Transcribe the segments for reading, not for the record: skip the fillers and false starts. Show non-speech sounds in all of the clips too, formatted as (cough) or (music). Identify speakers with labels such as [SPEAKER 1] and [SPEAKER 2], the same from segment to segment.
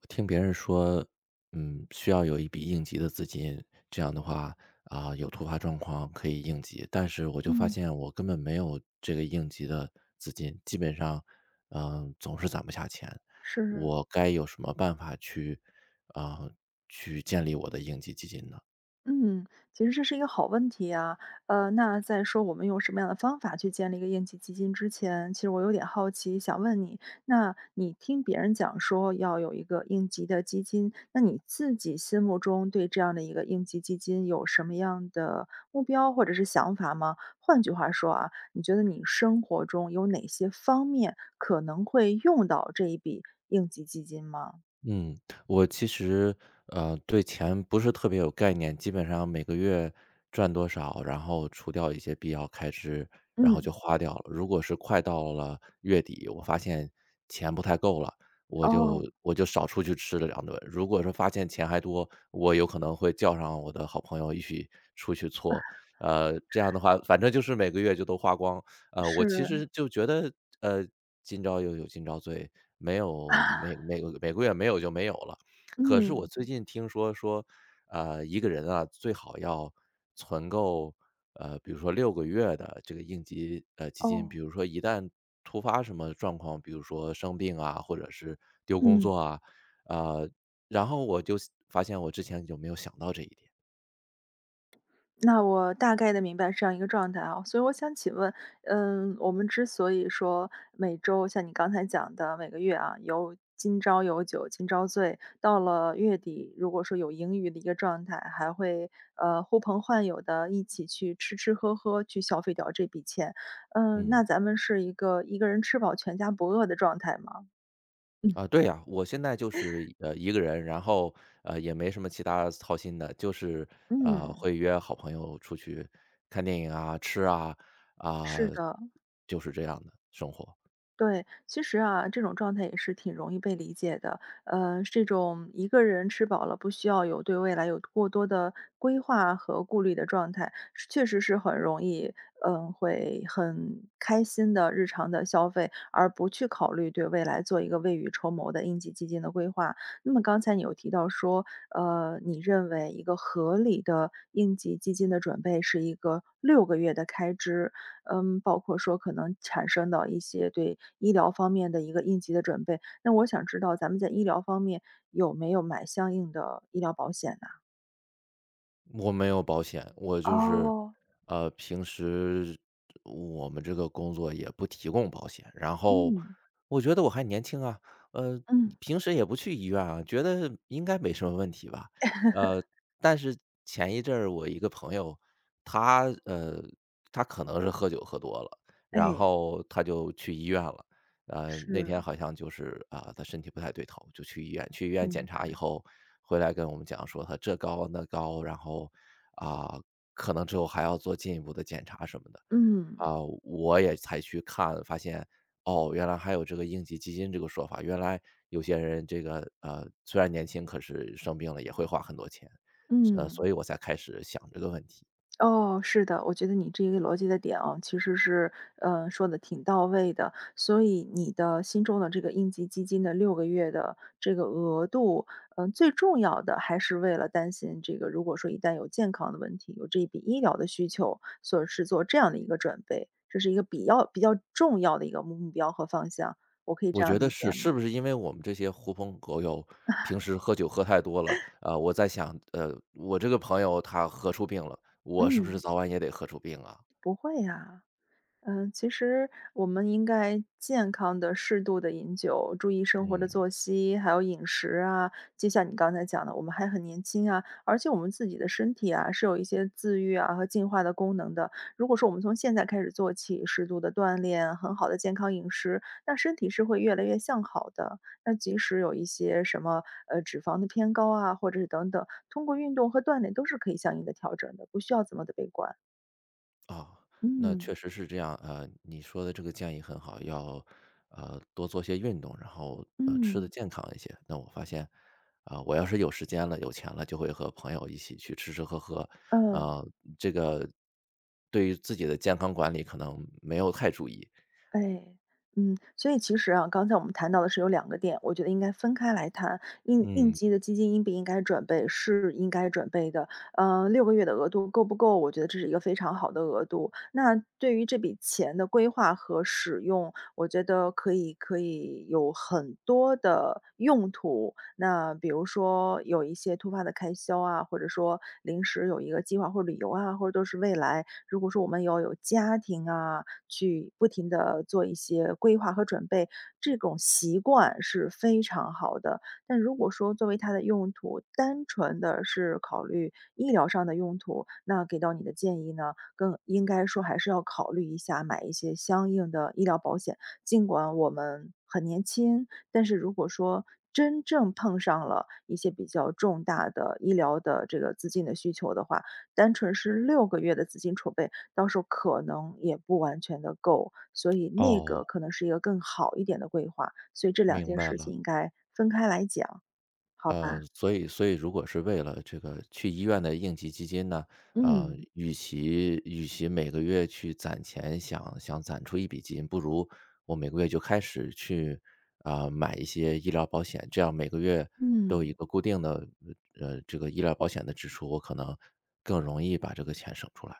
[SPEAKER 1] 我听别人说，需要有一笔应急的资金，这样的话有突发状况可以应急。但是我就发
[SPEAKER 2] 嗯，
[SPEAKER 1] 现我根本没有这个应急的资金，基本上，总是攒不下钱。
[SPEAKER 2] 是，
[SPEAKER 1] 我该有什么办法去，啊，去建立我的应急基金呢？
[SPEAKER 2] 嗯，其实这是一个好问题啊。那在说我们用什么样的方法去建立一个应急基金之前，其实我有点好奇，想问你，那你听别人讲说要有一个应急的基金，那你自己心目中对这样的一个应急基金有什么样的目标或者是想法吗？换句话说啊，你觉得你生活中有哪些方面可能会用到这一笔应急基金吗？
[SPEAKER 1] 嗯，我其实，呃，对钱不是特别有概念，基本上每个月赚多少，然后除掉一些必要开支，然后
[SPEAKER 2] 嗯，
[SPEAKER 1] 就花掉了。如果是快到了月底，我发现钱不太够了，我就
[SPEAKER 2] 哦，
[SPEAKER 1] 我就少出去吃了两顿。如果说发现钱还多，我有可能会叫上我的好朋友一起出去搓。这样的话，反正就是每个月就都花光，我其
[SPEAKER 2] 是，
[SPEAKER 1] 实就觉得，呃，今朝又有今朝醉，没有每个月没有就没有了。可是我最
[SPEAKER 2] 嗯。
[SPEAKER 1] 近听说说一个人啊，最好要存够，比如说六个月的这个应急，基金。比
[SPEAKER 2] 哦，
[SPEAKER 1] 如说一旦突发什么状况，比如说生病啊，或者是丢工
[SPEAKER 2] 嗯，
[SPEAKER 1] 作啊，呃，然后我就发现我之前就没有想到这一点。
[SPEAKER 2] 那我大概的明白这样一个状态啊。所以我想请问，我们之所以说每周像你刚才讲的每个月啊，有今朝有酒今朝醉，到了月底，如果说有盈余的一个状态，还会，呼朋唤友的一起去吃吃喝喝，去消费掉这笔钱。那
[SPEAKER 1] 嗯。
[SPEAKER 2] 咱们是一个人吃饱全家不饿的状态吗？嗯。
[SPEAKER 1] 对呀，我现在就是，一个人，然后，也没什么其他操心的，就是，
[SPEAKER 2] 嗯，
[SPEAKER 1] 会约好朋友出去看电影啊、吃啊，啊，
[SPEAKER 2] 是的。
[SPEAKER 1] 就是这样的生活。
[SPEAKER 2] 对，其实啊，这种状态也是挺容易被理解的。这种一个人吃饱了，不需要有对未来有过多的规划和顾虑的状态，是确实是很容易，会很开心的日常的消费，而不去考虑对未来做一个未雨绸缪的应急基金的规划。那么刚才你有提到说，你认为一个合理的应急基金的准备是一个六个月的开支，包括说可能产生的一些对医疗方面的一个应急的准备。那我想知道咱们在医疗方面有没有买相应的医疗保险呢？
[SPEAKER 1] 我没有保险，我就是，
[SPEAKER 2] 哦，
[SPEAKER 1] 平时我们这个工作也不提供保险。然后
[SPEAKER 2] 嗯
[SPEAKER 1] 我觉得我还年轻啊，呃，
[SPEAKER 2] 嗯，
[SPEAKER 1] 平时也不去医院啊，觉得应该没什么问题吧。呃，
[SPEAKER 2] (laughs)
[SPEAKER 1] 但是前一阵儿我一个朋友，他他可能是喝酒喝多了，然
[SPEAKER 2] 哎，
[SPEAKER 1] 后他就去医院了。那
[SPEAKER 2] 是。
[SPEAKER 1] 天好像就是啊，他身体不太对头，就去医院。去医院检
[SPEAKER 2] 嗯
[SPEAKER 1] 查以后，回来跟我们讲说他这高那高，然后啊，可能之后还要做进一步的检查什么的。
[SPEAKER 2] 嗯
[SPEAKER 1] 啊，我也才去看，发现哦，原来还有这个应急基金这个说法。原来有些人这个虽然年轻，可是生病了也会花很多钱，
[SPEAKER 2] 嗯。
[SPEAKER 1] 所以我才开始想这个问题。
[SPEAKER 2] 哦，是的，我觉得你这个逻辑的点啊，其实是说的挺到位的。所以你的心中的这个应急基金的六个月的这个额度，最重要的还是为了担心这个，如果说一旦有健康的问题，有这一笔医疗的需求，所以是做这样的一个准备，这是一个比较重要的一个目标和方向。我可以
[SPEAKER 1] 我
[SPEAKER 2] 这样
[SPEAKER 1] 觉得
[SPEAKER 2] 理
[SPEAKER 1] 是，
[SPEAKER 2] 解吗？
[SPEAKER 1] 是不是因为我们这些狐朋狗友平时喝酒喝太多了，啊，我在想，我这个朋友他喝出病了，我是不是
[SPEAKER 2] 嗯，
[SPEAKER 1] 早晚也得喝出病啊？
[SPEAKER 2] 不会呀、其实我们应该健康的、适度的饮酒，注意生活的
[SPEAKER 1] 嗯，
[SPEAKER 2] 作息，还有饮食啊。就像你刚才讲的，我们还很年轻啊，而且我们自己的身体啊，是有一些自愈啊和进化的功能的。如果说我们从现在开始做起，适度的锻炼，很好的健康饮食，那身体是会越来越向好的。那即使有一些什么，脂肪的偏高啊，或者是等等，通过运动和锻炼都是可以相应的调整的，不需要怎么的悲观。
[SPEAKER 1] 啊，那
[SPEAKER 2] 嗯，
[SPEAKER 1] 确实是这样，你说的这个建议很好，要，多做些运动，然后，吃的
[SPEAKER 2] 嗯，
[SPEAKER 1] 健康一些。那我发现，啊，我要是有时间了、有钱了，就会和朋友一起去吃吃喝喝，
[SPEAKER 2] 嗯。
[SPEAKER 1] 啊，这个对于自己的健康管理可能没有太注意。
[SPEAKER 2] 哎，所以其实啊，刚才我们谈到的是有两个点，我觉得应该分开来谈。应应
[SPEAKER 1] 嗯，
[SPEAKER 2] 急的基金应不应该准备，是应该准备的。六个月的额度够不够？我觉得这是一个非常好的额度。那对于这笔钱的规划和使用，我觉得可以有很多的用途。那比如说有一些突发的开销啊，或者说临时有一个计划或旅游啊，或者都是未来，如果说我们要有家庭啊，去不停的做一些规划和准备，这种习惯是非常好的。但如果说作为它的用途，单纯的是考虑医疗上的用途，那给到你的建议呢，更应该说还是要考虑一下买一些相应的医疗保险。尽管我们很年轻，但是如果说真正碰上了一些比较重大的医疗的这个资金的需求的话，单纯是六个月的资金储备，到时候可能也不完全的够，所以那个
[SPEAKER 1] 哦。
[SPEAKER 2] 可能是一个更好一点的规划，所以这两
[SPEAKER 1] 明
[SPEAKER 2] 件
[SPEAKER 1] 白
[SPEAKER 2] 事
[SPEAKER 1] 了。
[SPEAKER 2] 情应该分开来讲，好吧？
[SPEAKER 1] 所以如果是为了这个去医院的应急基金呢，
[SPEAKER 2] 嗯，
[SPEAKER 1] 与其每个月去攒钱，想想攒出一笔基金，不如我每个月就开始去买一些医疗保险，这样每个月都有一
[SPEAKER 2] 嗯。
[SPEAKER 1] 个固定的这个医疗保险的支出，我可能更容易把这个钱省出来。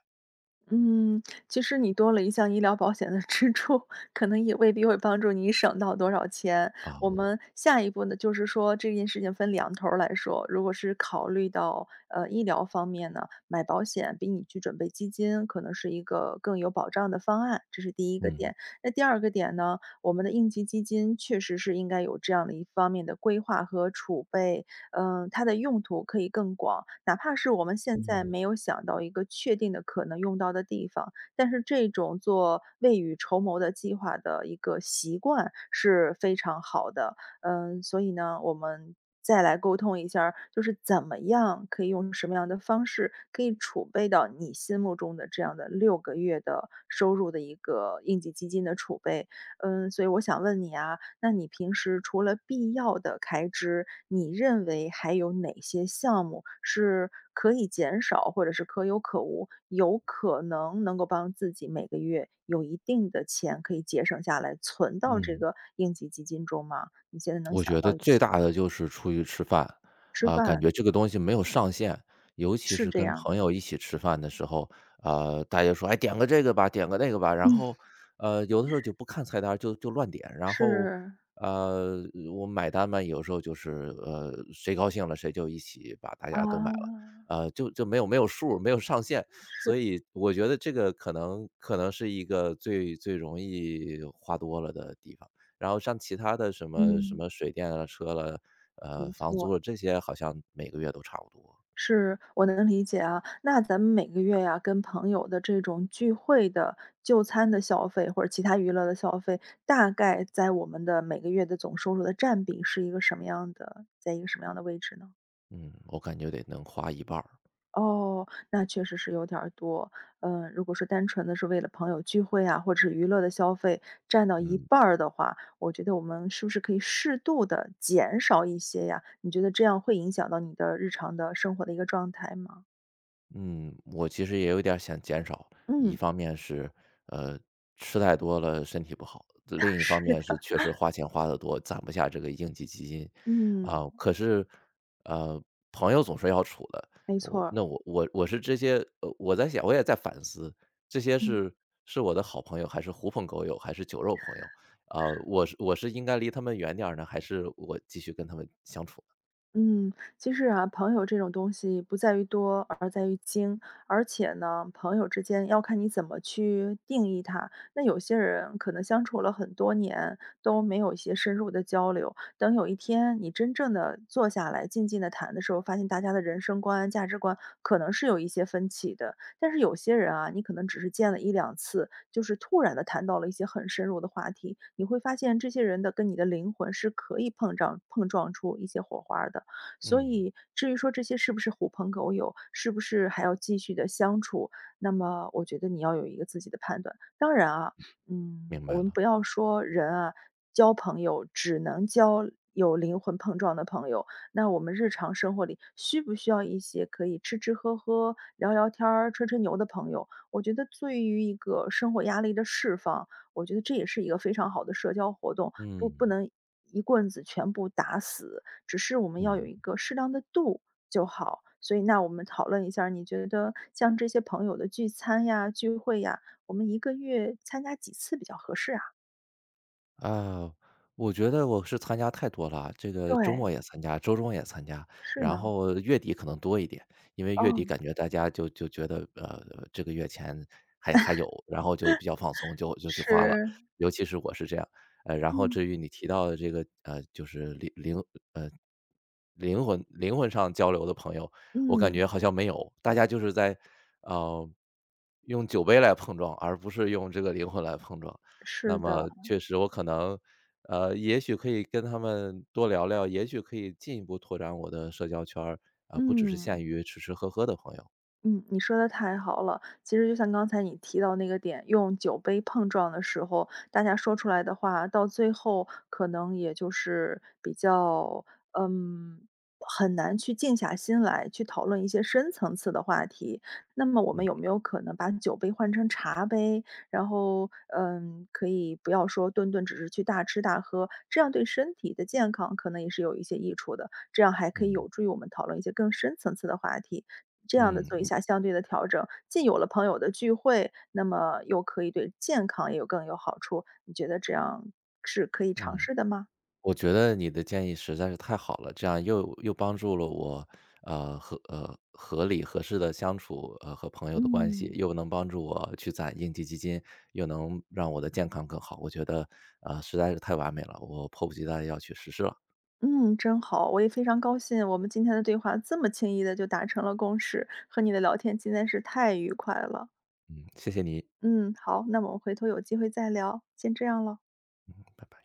[SPEAKER 2] 嗯，其实你多了一项医疗保险的支出，可能也未必会帮助你省到多少钱。我
[SPEAKER 1] 啊，
[SPEAKER 2] 们下一步呢，就是说这件事情分两头儿来说。如果是考虑到医疗方面呢，买保险比你去准备基金可能是一个更有保障的方案，这是第一个
[SPEAKER 1] 嗯
[SPEAKER 2] 点。那第二个点呢，我们的应急基金确实是应该有这样的一方面的规划和储备，它的用途可以更广，哪怕是我们现在
[SPEAKER 1] 嗯。
[SPEAKER 2] 没有想到一个确定的可能用到的地方，但是这种做未雨绸缪的计划的一个习惯是非常好的。所以呢，我们再来沟通一下儿，就是怎么样可以用什么样的方式，可以储备到你心目中的这样的六个月的收入的一个应急基金的储备。所以我想问你啊，那你平时除了必要的开支，你认为还有哪些项目是可以减少或者是可有可无，有可能能够帮自己每个月有一定的钱可以节省下来，存到这
[SPEAKER 1] 嗯。
[SPEAKER 2] 个应急基金中吗？你现在能
[SPEAKER 1] 我
[SPEAKER 2] 想
[SPEAKER 1] 觉
[SPEAKER 2] 到
[SPEAKER 1] 得
[SPEAKER 2] 一
[SPEAKER 1] 最
[SPEAKER 2] 些？
[SPEAKER 1] 大的就是出去吃饭，
[SPEAKER 2] 吃
[SPEAKER 1] 啊，感
[SPEAKER 2] 饭
[SPEAKER 1] 觉这个东西没有上限，尤其
[SPEAKER 2] 是
[SPEAKER 1] 是
[SPEAKER 2] 这
[SPEAKER 1] 跟
[SPEAKER 2] 样
[SPEAKER 1] 朋
[SPEAKER 2] 的，
[SPEAKER 1] 友一起吃饭的时候，啊，大家说："哎，点个这个吧，点个那个吧。"然
[SPEAKER 2] 嗯。
[SPEAKER 1] 后，有的时候就不看菜单儿就乱点，然后，
[SPEAKER 2] 是，
[SPEAKER 1] 呃，我买单嘛，有时候就是，谁高兴了谁就一起把大
[SPEAKER 2] 啊，
[SPEAKER 1] 家都买了，就没有没有数儿没有上限。所以我觉得这个可能是一个最最容易花多了的地方。然后像其他的什么什
[SPEAKER 2] 嗯，
[SPEAKER 1] 么水电了、车了，
[SPEAKER 2] 没
[SPEAKER 1] 房
[SPEAKER 2] 错。
[SPEAKER 1] 租了，这些好像每个月都差不多。
[SPEAKER 2] 是，我能理解啊。那咱们每个月呀、跟朋友的这种聚会的就餐的消费，或者其他娱乐的消费，大概在我们的每个月的总收入的占比是一个什么样的，在一个什么样的位置呢？
[SPEAKER 1] 嗯，我感觉得能花一半儿。
[SPEAKER 2] 哦，那确实是有点儿多。如果说单纯的是为了朋友聚会啊，或者是娱乐的消费占到一
[SPEAKER 1] 嗯。
[SPEAKER 2] 半儿的话，我觉得我们是不是可以适度的减少一些呀？你觉得这样会影响到你的日常的生活的一个状态吗？
[SPEAKER 1] 嗯，我其实也有点儿想减少，
[SPEAKER 2] 嗯，
[SPEAKER 1] 一方面是，呃，吃太多了身体不好，另
[SPEAKER 2] (laughs)
[SPEAKER 1] 一
[SPEAKER 2] 是
[SPEAKER 1] 方面是
[SPEAKER 2] 的。
[SPEAKER 1] 确实花钱花得多，攒不下这个应急基金，
[SPEAKER 2] 嗯，
[SPEAKER 1] 啊，可是，呃，朋友总是要处的，
[SPEAKER 2] 没错
[SPEAKER 1] 我
[SPEAKER 2] 儿
[SPEAKER 1] 那我我我是这些，我在想，我也在反思，这些
[SPEAKER 2] 嗯。
[SPEAKER 1] 是是我的好朋友，还是狐朋狗友，还是酒肉朋友？我是应该离他们远点儿呢，还是我继续跟他们相处呢？
[SPEAKER 2] 嗯，其实啊，朋友这种东西不在于多，而在于精。而且呢，朋友之间要看你怎么去定义它。那有些人可能相处了很多年，都没有一些深入的交流。等有一天你真正的坐下来，静静的谈的时候，发现大家的人生观、价值观可能是有一些分歧的。但是有些人啊，你可能只是见了一两次，就是突然的谈到了一些很深入的话题，你会发现这些人的跟你的灵魂是可以碰撞碰撞出一些火花的。所
[SPEAKER 1] 嗯，
[SPEAKER 2] 以至于说这些是不是狐朋狗友，是不是还要继续的相处，那么我觉得你要有一个自己的判断。当然啊，
[SPEAKER 1] 明白
[SPEAKER 2] 我们
[SPEAKER 1] 了。
[SPEAKER 2] 不要说人啊，交朋友只能交有灵魂碰撞的朋友，那我们日常生活里需不需要一些可以吃吃喝喝、聊聊天儿、吹吹牛的朋友？我觉得对于一个生活压力的释放，我觉得这也是一个非常好的社交活动，不不
[SPEAKER 1] 嗯
[SPEAKER 2] 能一棍子全部打死。只是我们要有
[SPEAKER 1] 嗯。
[SPEAKER 2] 一个适当的度就好。所以那我们讨论一下儿你觉得像这些朋友的聚餐呀、聚会呀，我们一个月参加几次比较合适啊？
[SPEAKER 1] 啊，我觉得我是参加太多了啊，这个周
[SPEAKER 2] 对，
[SPEAKER 1] 末也参加，周中也参加，
[SPEAKER 2] 是
[SPEAKER 1] 然
[SPEAKER 2] 呢，
[SPEAKER 1] 后月底可能多一点，因为月
[SPEAKER 2] 哦，
[SPEAKER 1] 底感觉大家就觉得，这个月钱还有，然后就比较放松，就去花了，
[SPEAKER 2] 是，
[SPEAKER 1] 尤其是我是这样。然后
[SPEAKER 2] 嗯，
[SPEAKER 1] 至于你提到的这个，就是呃，灵魂上交流的朋友，我感
[SPEAKER 2] 嗯，
[SPEAKER 1] 觉好像没有，大家就是在，呃，用酒杯来碰撞，而不是用这个灵魂来碰撞。
[SPEAKER 2] 是
[SPEAKER 1] 那
[SPEAKER 2] 的，
[SPEAKER 1] 么确实我可能，也许可以跟他们多聊聊，也许可以进一步拓展我的社交圈儿，不只是
[SPEAKER 2] 嗯。
[SPEAKER 1] 限于吃吃喝喝的朋友。
[SPEAKER 2] 嗯，你说的太好了。其实就像刚才你提到那个点，用酒杯碰撞的时候，大家说出来的话，到最后可能也就是比较，嗯，很难去静下心来去讨论一些深层次的话题。那么我们有没有可能把酒杯换成茶杯，然后，可以不要说顿顿只是去大吃大喝，这样对身体的健康可能也是有一些益处的，这样还可以
[SPEAKER 1] 嗯
[SPEAKER 2] 有助于我们讨论一些更深层次的话题。这样的做一
[SPEAKER 1] 嗯
[SPEAKER 2] 下相对的调整，既有了朋友的聚会，那么又可以对健康也有更有好处，你觉得这样是可以尝
[SPEAKER 1] 嗯，
[SPEAKER 2] 试的吗？
[SPEAKER 1] 我觉得你的建议实在是太好了，这样又帮助了我，合理合适的相处，和朋友的关系，
[SPEAKER 2] 嗯。
[SPEAKER 1] 又能帮助我去攒应急基金，又能让我的健康更好。我觉得，实在是太完美了，我迫不及待要去实施了。
[SPEAKER 2] 嗯，真好，我也非常高兴，我们今天的对话这么轻易的就达成了共识，和你的聊天今天是太愉快了。
[SPEAKER 1] 嗯，谢谢你，
[SPEAKER 2] 嗯，好，那我们回头有机会再聊，先这样了。
[SPEAKER 1] 拜拜。